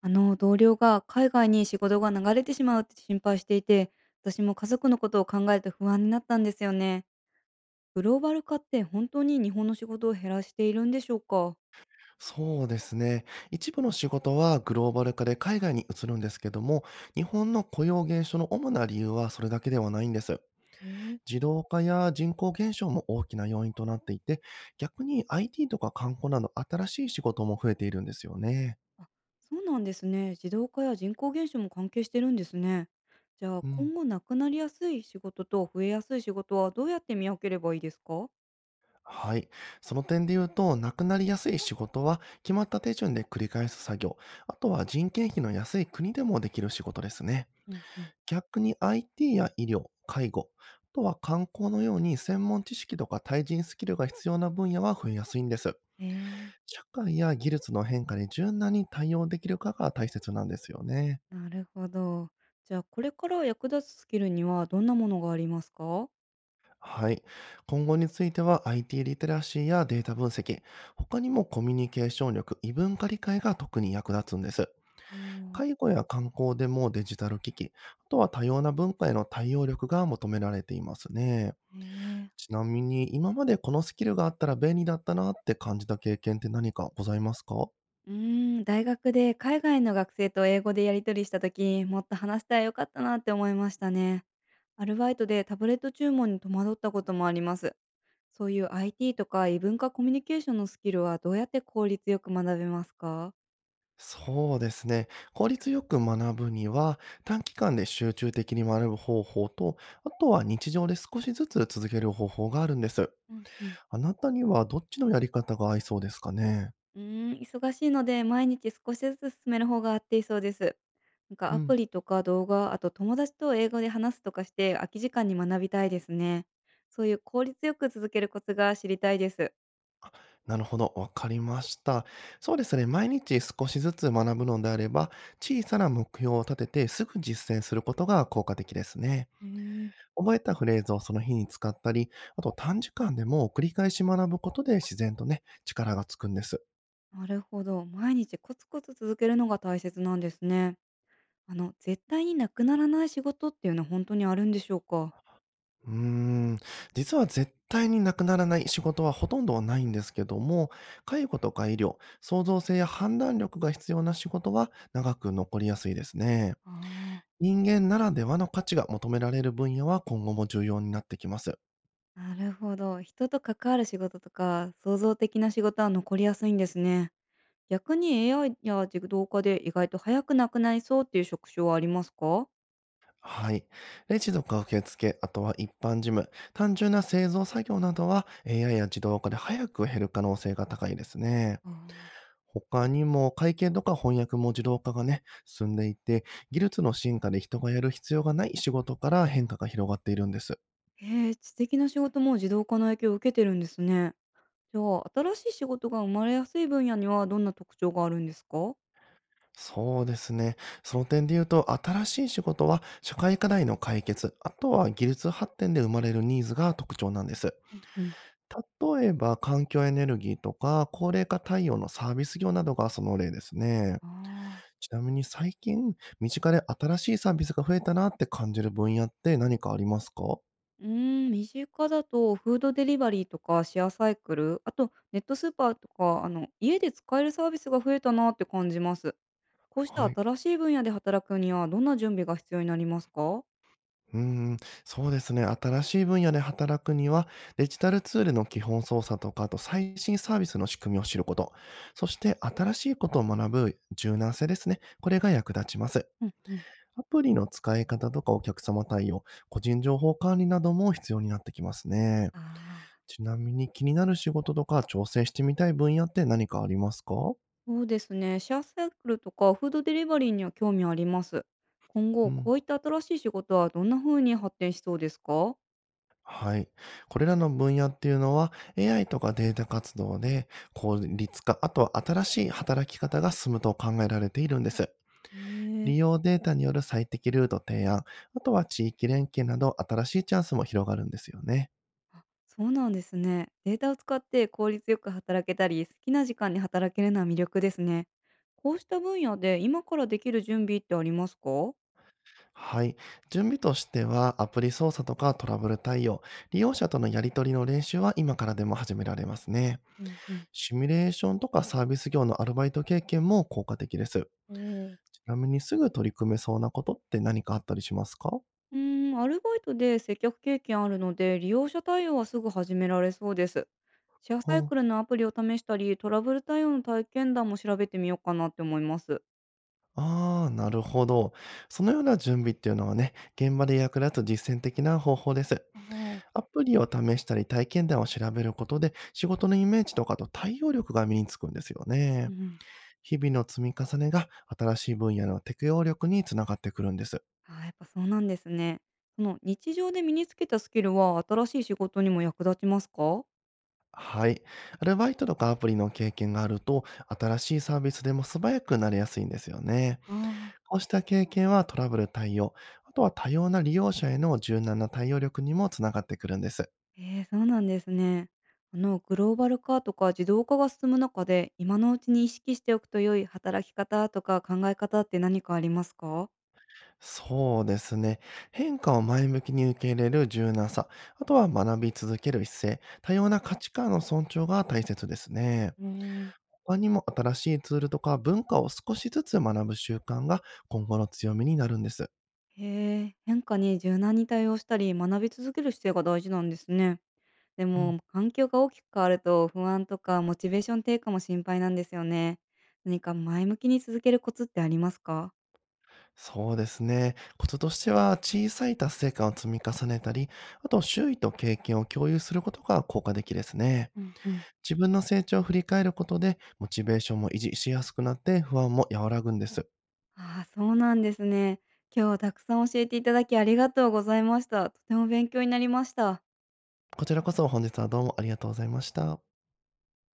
あの同僚が海外に仕事が流れてしまうって心配していて、私も家族のことを考えて不安になったんですよね。グローバル化って本当に日本の仕事を減らしているんでしょうか？そうですね。一部の仕事はグローバル化で海外に移るんですけども、日本の雇用減少の主な理由はそれだけではないんです。えー、自動化や人口減少も大きな要因となっていて、逆に IT とか観光など新しい仕事も増えているんですよね。あ、そうなんですね。自動化や人口減少も関係してるんですね。じゃあう今ん。後なくなりやすい仕事と増えやすい仕事はどうやって見分ければいいですか？はい。その点で言うと、なくなりやすい仕事は決まった手順で繰り返す作業、あとは人件費の安い国でもできる仕事ですね。うんうん。逆に IT や医療、介護、あとは観光のように専門知識とか対人スキルが必要な分野は増えやすいんです。え社会や技術の変化に柔軟に対応できるかが大切なんですよね。ー、なるほど。じゃあこれから役立つスキルにはどんなものがありますか？はい。今後については IT リテラシーやデータ分析、他にもコミュニケーション力、異文化理解が特に役立つんです。おー。介護や観光でもデジタル機器、あとは多様な文化への対応力が求められていますね。えー。ちなみに、今までこのスキルがあったら便利だったなって感じた経験って何かございますか？うーん、大学で海外の学生と英語でやり取りした時、もっと話したらよかったなって思いましたね。アルバイトでタブレット注文に戸惑ったこともあります。そういう IT とか異文化コミュニケーションのスキルはどうやって効率よく学べますか？そうですね。効率よく学ぶには、短期間で集中的に学ぶ方法と、あとは日常で少しずつ続ける方法があるんです。うんうん。あなたにはどっちのやり方が合いそうですかね？うーん、忙しいので毎日少しずつ進める方が合っていそうです。なんかうアプん、リとか動画、あと友達と英語で話すとかして空き時間に学びたいですね。そういう効率よく続けるコツが知りたいです。なるほど、わかりました。そうですね、毎日少しずつ学ぶのであれば、小さな目標を立ててすぐ実践することが効果的ですね。へえ。覚えたフレーズをその日に使ったり、あと短時間でも繰り返し学ぶことで自然とね、力がつくんです。なるほど。毎日コツコツ続けるのが大切なんですね。絶対になくならない仕事っていうのは本当にあるんでしょうか？うーん、実は絶対になくならない仕事はほとんどはないんですけども、介護とか医療、創造性や判断力が必要な仕事は長く残りやすいですね。あ人間ならではの価値が求められる分野は今後も重要になってきます。あ、なるほど。人と関わる仕事とか、創造的な仕事は残りやすいんですね。逆に AI や自動化で意外と早くなくなりそうっていう職種はありますか？はい。レジとか受付、あとは一般事務、単純な製造作業などは AI や自動化で早く減る可能性が高いですね。ああ。他にも会計とか翻訳も自動化がね、進んでいて、技術の進化で人がやる必要がない仕事から変化が広がっているんです。へえ、知的な仕事も自動化の影響を受けてるんですね。じゃあ、新しい仕事が生まれやすい分野にはどんな特徴があるんですか？そうですね。その点で言うと、新しい仕事は社会課題の解決、あとは技術発展で生まれるニーズが特徴なんです。うんうん。例えば、環境エネルギーとか、高齢化対応のサービス業などがその例ですね。ああ。ちなみに最近、身近で新しいサービスが増えたなって感じる分野って何かありますか？うーん、身近だとフードデリバリーとかシェアサイクル、あとネットスーパーとか、家で使えるサービスが増えたなって感じます。こうしたはい。新しい分野で働くにはどんな準備が必要になりますか？うーん、そうですね。新しい分野で働くには、デジタルツールの基本操作とか、あと最新サービスの仕組みを知ること、そして新しいことを学ぶ柔軟性ですね。これが役立ちます。うんうん。アプリの使い方とかお客様対応、個人情報管理なども必要になってきますね。ああ、ちなみに気になる仕事とか挑戦してみたい分野って何かありますか？そうですね。シェアサイクルとかフードデリバリーには興味あります。今う後、ん。こういった新しい仕事はどんな風に発展しそうですか？はい。これらの分野っていうのは AI とかデータ活動で効率化、あとは新しい働き方が進むと考えられているんです。へ利え。用データによる最適ルート提案、あとは地域連携など新しいチャンスも広がるんですよね。そうなんですね。データを使って効率よく働けたり、好きな時間に働けるのは魅力ですね。こうした分野で今からできる準備ってありますか？はい。準備としてはアプリ操作とかトラブル対応、利用者とのやり取りの練習は今からでも始められますね。おうんうん。シミュレーションとかサービス業のアルバイト経験も効果的です。ーちなみにすぐ取り組めそうなことって何かあったりしますか？うーん、アルバイトで接客経験あるので、利用者対応はすぐ始められそうです。シェアうサイん。クルのアプリを試したり、トラブル対応の体験談も調べてみようかなって思います。ああ、なるほど。そのような準備っていうのはね、現場で役立つ実践的な方法です。ああ、アプリを試したり体験談を調べることで仕事のイメージとかと対応力が身につくんですようね。ん。日々の積み重ねが新しい分野の適応力につながってくるんです。あー、やっぱそうなんですね。その日常で身につけたスキルは新しい仕事にも役立ちますか？はい。アルバイトとかアプリの経験があると、新しいサービスでも素早くなれやすいんですよね。ああー。こうした経験はトラブル対応、あとは多様な利用者への柔軟な対応力にもつながってくるんです。ええ、そうなんですね。グローバル化とか自動化が進む中で、今のうちに意識しておくと良い働き方とか考え方って何かありますか？そうですね。変化を前向きに受け入れる柔軟さ、あとは学び続ける姿勢、多様な価値観の尊重が大切ですね。うん、他にも新しいツールとか文化を少しずつ学ぶ習慣が今後の強みになるんです。へえ、変化に柔軟に対応したり、学び続ける姿勢が大事なんですね。でうん。も、環境が大きく変わると不安とかモチベーション低下も心配なんですよね。何か前向きに続けるコツってありますか？そうですね。コツとしては、小さい達成感を積み重ねたり、あと周囲と経験を共有することが効果的ですね。うんうん。自分の成長を振り返ることで、モチベーションも維持しやすくなって、不安も和らぐんです。ああ、そうなんですね。今日はたくさん教えていただきありがとうございました。とても勉強になりました。こちらこそ本日はどうもありがとうございました。